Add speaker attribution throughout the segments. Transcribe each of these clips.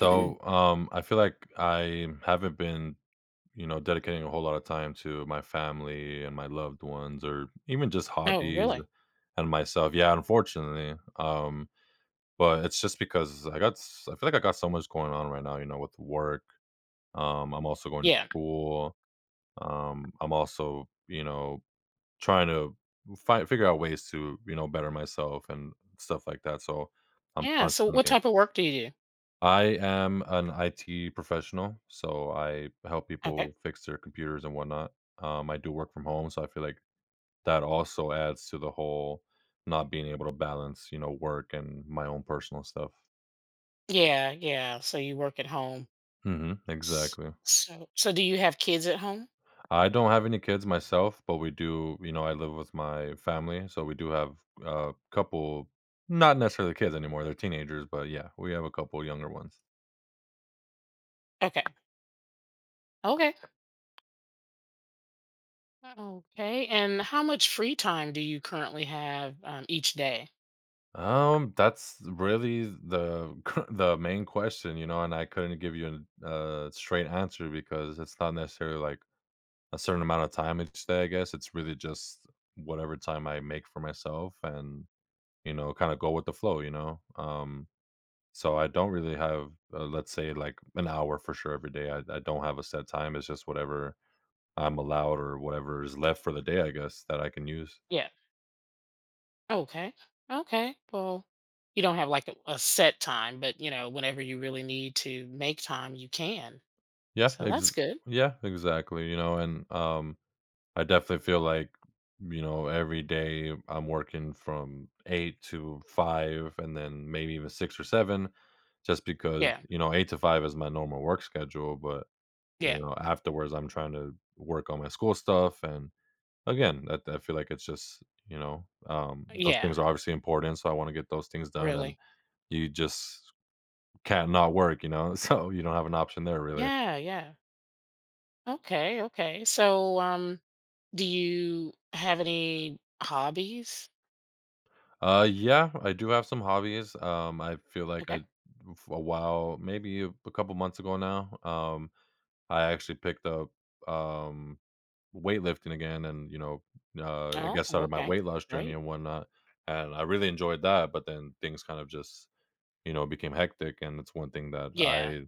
Speaker 1: Mm.
Speaker 2: I feel like I haven't been, dedicating a whole lot of time to my family and my loved ones, or even just
Speaker 1: Oh,
Speaker 2: hobbies
Speaker 1: really?
Speaker 2: and myself. Yeah, unfortunately. But it's just because I got, I feel like I got so much going on right now. You know, with work. I'm also going to
Speaker 1: Yeah.
Speaker 2: school. I'm also, you know, trying to find figure out ways to, you know, better myself and stuff like that. So, I'm
Speaker 1: Yeah. So what
Speaker 2: constantly
Speaker 1: type of work do you do?
Speaker 2: I am an IT professional, so I help
Speaker 1: Okay.
Speaker 2: people fix their computers and whatnot. I do work from home, so I feel like that also adds to the whole not being able to balance, you know, work and my own personal stuff.
Speaker 1: Yeah, yeah. So you work at home. S-
Speaker 2: Exactly.
Speaker 1: so do you have kids at home?
Speaker 2: I don't have any kids myself, but we do, you know, I live with my family, so we do have a couple, not necessarily kids anymore, they're teenagers, but yeah, we have a couple younger ones.
Speaker 1: Okay. Okay. Okay. And how much free time do you currently have each day?
Speaker 2: That's really the the main question, you know, and I couldn't give you a straight answer because it's not necessarily like a certain amount of time each day. I guess it's really just whatever time I make for myself, and you know, kind of go with the flow, you know. So I don't really have, let's say, like an hour for sure every day. I don't have a set time. It's just whatever I'm allowed or whatever is left for the day, I guess, that I can use.
Speaker 1: Yeah. Okay. Okay. Well, you don't have like a set time, but you know, whenever you really need to make time, you can.
Speaker 2: Yeah,
Speaker 1: So that's good.
Speaker 2: yeah, exactly. You know, and I definitely feel like, you know, every day I'm working from 8 to 5 and then maybe even 6 or 7 just because,
Speaker 1: Yeah.
Speaker 2: you know, 8 to 5 is my normal work schedule, but, you
Speaker 1: Yeah.
Speaker 2: know, afterwards I'm trying to work on my school stuff and again, that I feel like it's just, you know, those
Speaker 1: Yeah.
Speaker 2: things are obviously important, so I want to get those things done and
Speaker 1: Really.
Speaker 2: you just can't not work, you know? So you don't have an option there really.
Speaker 1: Yeah. Yeah. Okay. Okay. So do you have any hobbies?
Speaker 2: Yeah, I do have some hobbies. I feel like
Speaker 1: Okay.
Speaker 2: a while, maybe a couple months ago now, I actually picked up um weightlifting again, and you know, I
Speaker 1: Oh,
Speaker 2: guess started my
Speaker 1: okay.
Speaker 2: weight loss journey
Speaker 1: Great.
Speaker 2: and whatnot, and I really enjoyed that. But then things kind of just you know became hectic, and it's one thing that
Speaker 1: Yeah.
Speaker 2: I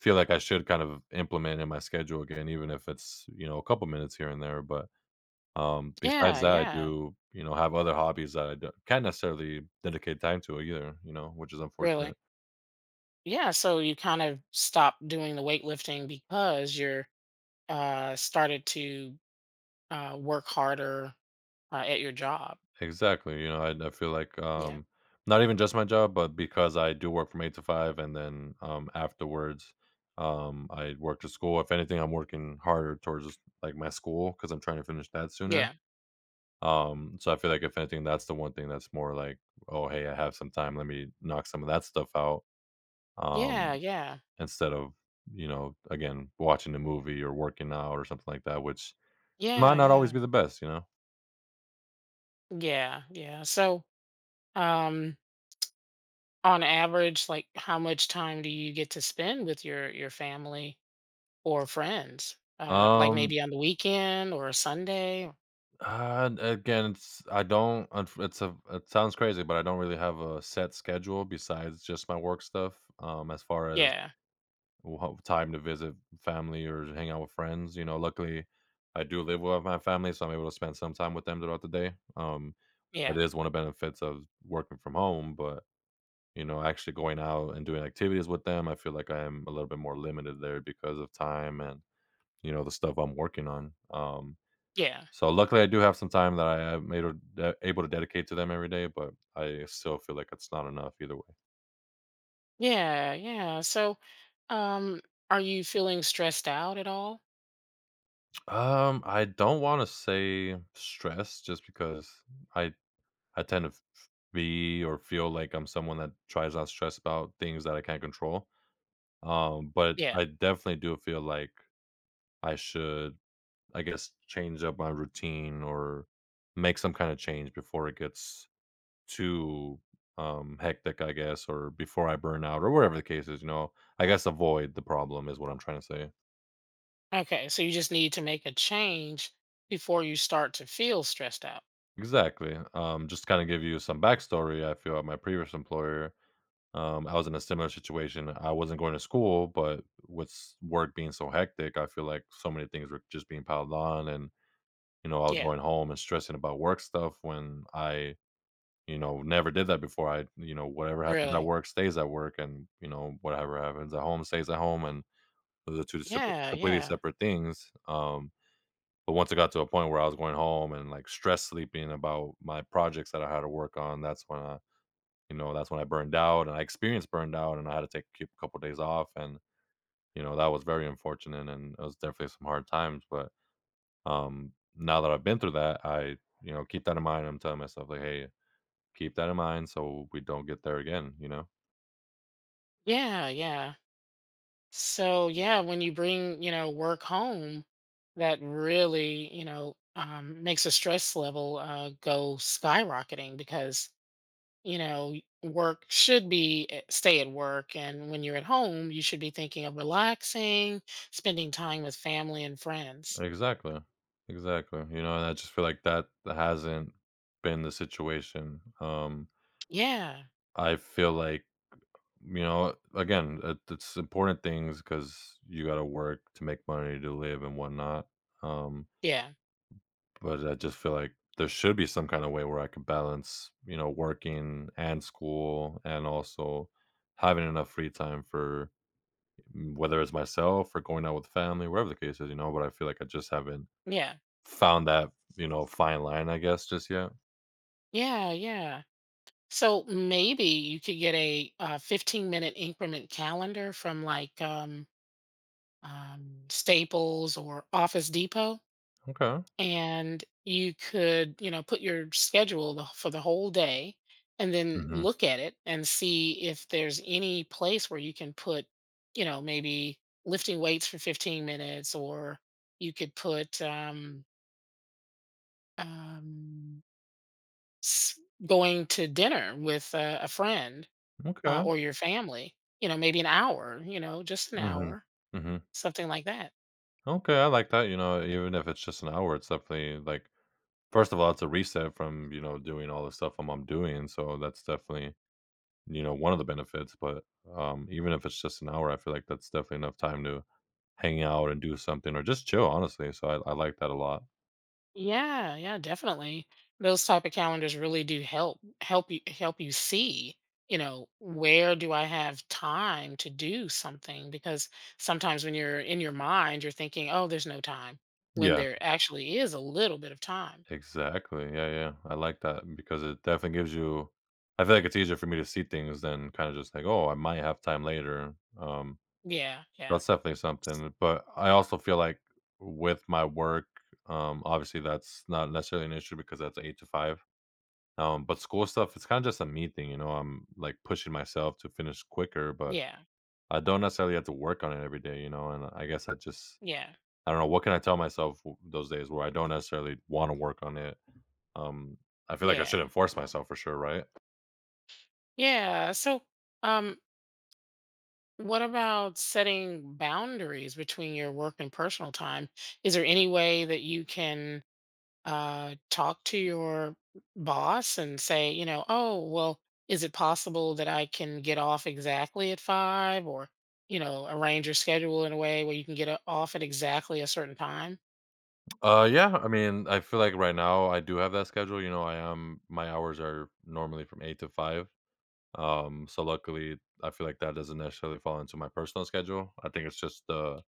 Speaker 2: feel like I should kind of implement in my schedule again, even if it's you know a couple minutes here and there. But besides
Speaker 1: Yeah.
Speaker 2: that, I
Speaker 1: Yeah.
Speaker 2: do, you know, have other hobbies that I d can't necessarily dedicate time to either, you know, which is
Speaker 1: Really.
Speaker 2: unfortunate.
Speaker 1: Yeah. So you kind of stopped doing the weightlifting because you're started to work harder at your job.
Speaker 2: Exactly, you know, I feel like,
Speaker 1: Yeah.
Speaker 2: not even just my job, but because I do work from 8 to 5 and then, afterwards, I work to school. If anything, I'm working harder towards just, like, my school because 'cause I'm trying to finish that sooner.
Speaker 1: Yeah.
Speaker 2: So I feel like if anything, that's the one thing that's more like, "Oh, hey, I have some time. Let me knock some of that stuff out."
Speaker 1: Yeah.
Speaker 2: Um
Speaker 1: Yeah.
Speaker 2: Instead of, you know, again, watching a movie or working out or something like that, which might
Speaker 1: Yeah.
Speaker 2: not always
Speaker 1: Yeah.
Speaker 2: be the best, you know?
Speaker 1: Yeah. Yeah. So um on average, like how much time do you get to spend with your family or friends, like,
Speaker 2: Um,
Speaker 1: maybe on the weekend or a Sunday.
Speaker 2: again, it's I don't unf it's a it sounds crazy, but I don't really have a set schedule besides just my work stuff, as far as
Speaker 1: Yeah,
Speaker 2: wha time to visit family or hang out with friends, you know? Luckily, I do live with my family, so I'm able to spend some time with them throughout the day. That
Speaker 1: yeah,
Speaker 2: is one of the benefits of working from home, but you know, actually going out and doing activities with them, I feel like I'm a little bit more limited there because of time and, you know, the stuff I'm working on. Um,
Speaker 1: yeah,
Speaker 2: so luckily I do have some time that I am able to dedicate to them every day, but I still feel like it's not enough either way.
Speaker 1: yeah, yeah. So, um, are you feeling stressed out at all?
Speaker 2: I don't want to say stress just because I I tend to be or feel like I'm someone that tries not to stress about things that I can't control. But
Speaker 1: Yeah.
Speaker 2: I definitely do feel like I should I guess, change up my routine or make some kind of change before it gets too hectic, I guess, or before I burn out or whatever the case is, you know. I guess avoid the problem is what I'm trying to say.
Speaker 1: Okay, so you just need to make a change before you start to feel stressed out.
Speaker 2: Exactly. Just kind of give you some backstory, I feel at my previous employer. I was in a similar situation. I wasn't going to school, but with work being so hectic, I feel like so many things were just being piled on and you know, I was
Speaker 1: Yeah,
Speaker 2: going home and stressing about work stuff when I you know, never did that before. I You know, whatever happens at
Speaker 1: really.
Speaker 2: work stays at work, and, you know, whatever happens at home stays at home, and those are two sepa
Speaker 1: Yeah,
Speaker 2: completely
Speaker 1: yeah,
Speaker 2: separate things, but once it got to a point where I was going home and, like, stress sleeping about my projects that I had to work on, that's when I you know, that's when I burned out, and I experienced burned out, and I had to take a c couple days off, and, you know, that was very unfortunate, and it was definitely some hard times, but, now that I've been through that, I, you know, keep that in mind. I'm telling myself, like, "Hey" keep that in mind so we don't get there again, you know?
Speaker 1: yeah, yeah. So, yeah, when you bring, you know, work home, that really, you know, makes the stress level go skyrocketing, because you know work should be stay at work, and when you're at home you should be thinking of relaxing, spending time with family and friends.
Speaker 2: Exactly. Exactly. You know, and I just feel like that hasn't been the situation.
Speaker 1: Yeah,
Speaker 2: I feel like, you know, again, it's important things because you got to work to make money to live and whatnot. Um,
Speaker 1: yeah,
Speaker 2: but I just feel like there should be some kind of way where I could balance, you know, working and school and also having enough free time for whether it's myself or going out with family, wherever the case is, you know. But I feel like I just haven't
Speaker 1: yeah,
Speaker 2: found that, you know, fine line, I guess, just yet.
Speaker 1: yeah, yeah. So maybe you could get a 15-minute increment calendar from like Staples or Office Depot,
Speaker 2: Okay.
Speaker 1: and you could, you know, put your schedule for the whole day, and then
Speaker 2: hmm
Speaker 1: look at it and see if there's any place where you can put, you know, maybe lifting weights for 15 minutes, or you could put um, s- going to dinner with a friend,
Speaker 2: Okay.
Speaker 1: or your family, you know, maybe an hour, you know, just an
Speaker 2: hmm
Speaker 1: hour,
Speaker 2: hmm
Speaker 1: something like that.
Speaker 2: Okay. I like that. You know, even if it's just an hour, it's definitely like, first of all, it's a reset from, you know, doing all the stuff I'm doing. So that's definitely, you know, one of the benefits. But even if it's just an hour, I feel like that's definitely enough time to hang out and do something or just chill, honestly. So I like that a lot.
Speaker 1: Yeah, yeah, definitely. Those type of calendars really do help you see, you know, where do I have time to do something? Because sometimes when you're in your mind, you're thinking, oh, there's no time, when
Speaker 2: Yeah.
Speaker 1: there actually is a little bit of time.
Speaker 2: Exactly. Yeah. I like that because it definitely gives you I feel like it's easier for me to see things than kind of just like, "Oh, I might have time later."
Speaker 1: Yeah, yeah,
Speaker 2: That's definitely something, but I also feel like with my work, obviously that's not necessarily an issue because that's 8 to 5. But school stuff, it's kind of just a me thing, you know? I'm, like, pushing myself to finish quicker, but
Speaker 1: yeah,
Speaker 2: I don't necessarily have to work on it every day, you know? And I guess I just
Speaker 1: yeah,
Speaker 2: I don't know, what can I tell myself w those days where I don't necessarily wanna work on it? Um, I feel like I
Speaker 1: yeah,
Speaker 2: shouldn't force myself for sure, right?
Speaker 1: yeah. So, um, what about setting boundaries between your work and personal time? Is there any way that you can talk to your boss and say, you know, oh, well, is it possible that I can get off exactly at five, or, you know, arrange your schedule in a way where you can get off at exactly a certain time?
Speaker 2: Yeah. I mean, I feel like right now I do have that schedule. You know, I am my hours are normally from eight to five. So luckily, I feel like that doesn't necessarily fall into my personal schedule. I think it's just the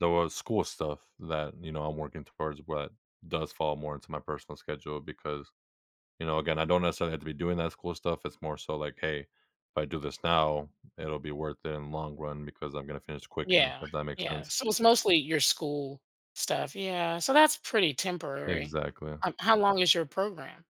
Speaker 2: the wo- school stuff that you know I'm working towards, but does fall more into my personal schedule because you know, again, I don't necessarily have to be doing that school stuff. It's more so like, hey, if I do this now, it'll be worth it in the long run because I'm gonna finish quicker.
Speaker 1: Yeah.
Speaker 2: If that makes
Speaker 1: Yeah.
Speaker 2: sense.
Speaker 1: So it's mostly your school stuff. Yeah. So that's pretty temporary.
Speaker 2: Exactly.
Speaker 1: How long is your program?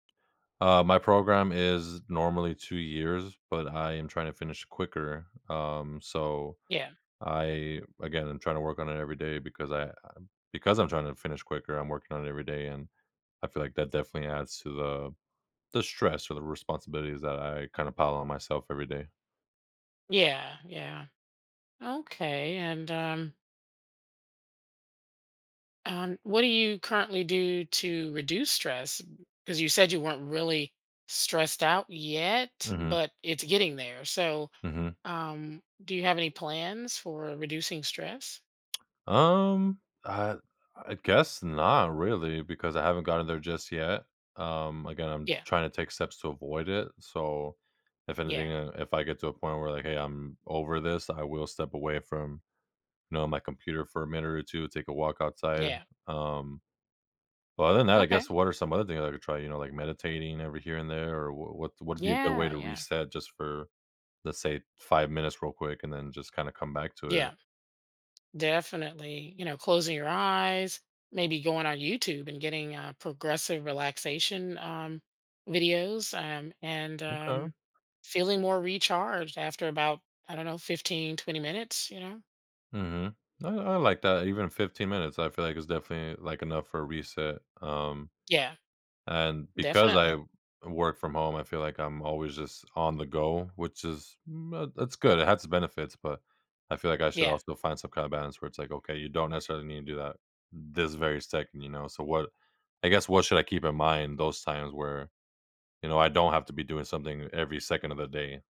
Speaker 2: My program is normally two years, but I am trying to finish quicker. So
Speaker 1: Yeah.
Speaker 2: I again, I'm trying to work on it every day because I'm trying to finish quicker, I'm working on it every day, and I feel like that definitely adds to the stress or the responsibilities that I kind of pile on myself every day.
Speaker 1: Yeah. Yeah. Okay. And, what do you currently do to reduce stress? Because you said you weren't really stressed out yet,
Speaker 2: Mhm.
Speaker 1: but it's getting there. So,
Speaker 2: Mhm.
Speaker 1: do you have any plans for reducing stress?
Speaker 2: Um, I I guess not really because I haven't gotten there just yet. Again, I'm
Speaker 1: Yeah,
Speaker 2: trying to take steps to avoid it. So, if
Speaker 1: yeah,
Speaker 2: anything, if I get to a point where like, hey, I'm over this, I will step away from you know my computer for a minute or two, take a walk outside.
Speaker 1: yeah.
Speaker 2: Um, but other than that, I
Speaker 1: Okay.
Speaker 2: guess what are some other things I could try? You know, like meditating every here and there, or what would be a good way
Speaker 1: Yeah,
Speaker 2: to
Speaker 1: yeah,
Speaker 2: reset just for let's say 5 minutes real quick, and then just kind of come back to
Speaker 1: yeah.
Speaker 2: it.
Speaker 1: Definitely, you know, closing your eyes, maybe going on YouTube and getting progressive relaxation videos and
Speaker 2: Okay.
Speaker 1: feeling more recharged after about, I don't know, 15, 20 minutes, you know?
Speaker 2: Mhm. I like that, even 15 minutes, I feel like it's definitely, like, enough for a reset,
Speaker 1: Yeah,
Speaker 2: and because I
Speaker 1: definitely.
Speaker 2: work from home, I feel like I'm always just on the go, which is it's good, it has its benefits, but I feel like I should
Speaker 1: Yeah.
Speaker 2: also find some kind of balance where it's like, "Okay, you don't necessarily need to do that this very second, you know? So what I guess what should I keep in mind those times where, you know, I don't have to be doing something every second of the day?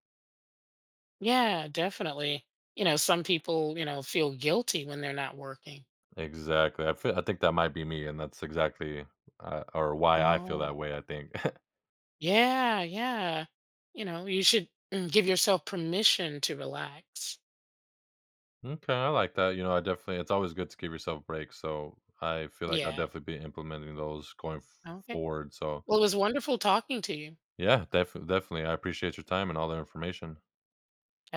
Speaker 1: Yeah, definitely. You know, some people, you know, feel guilty when they're not working.
Speaker 2: Exactly. I think that might be me, and that's exactly or why I feel
Speaker 1: Oh,
Speaker 2: that way, I think.
Speaker 1: yeah, yeah. You know, you should give yourself permission to relax.
Speaker 2: Okay, I like that. You know, I definitely it's always good to give yourself breaks, so I feel like I'll
Speaker 1: Yeah.
Speaker 2: definitely be implementing those going
Speaker 1: Okay.
Speaker 2: forward. So,
Speaker 1: Well, it was wonderful talking to you.
Speaker 2: yeah, definitely. I appreciate your time and all the information.
Speaker 1: I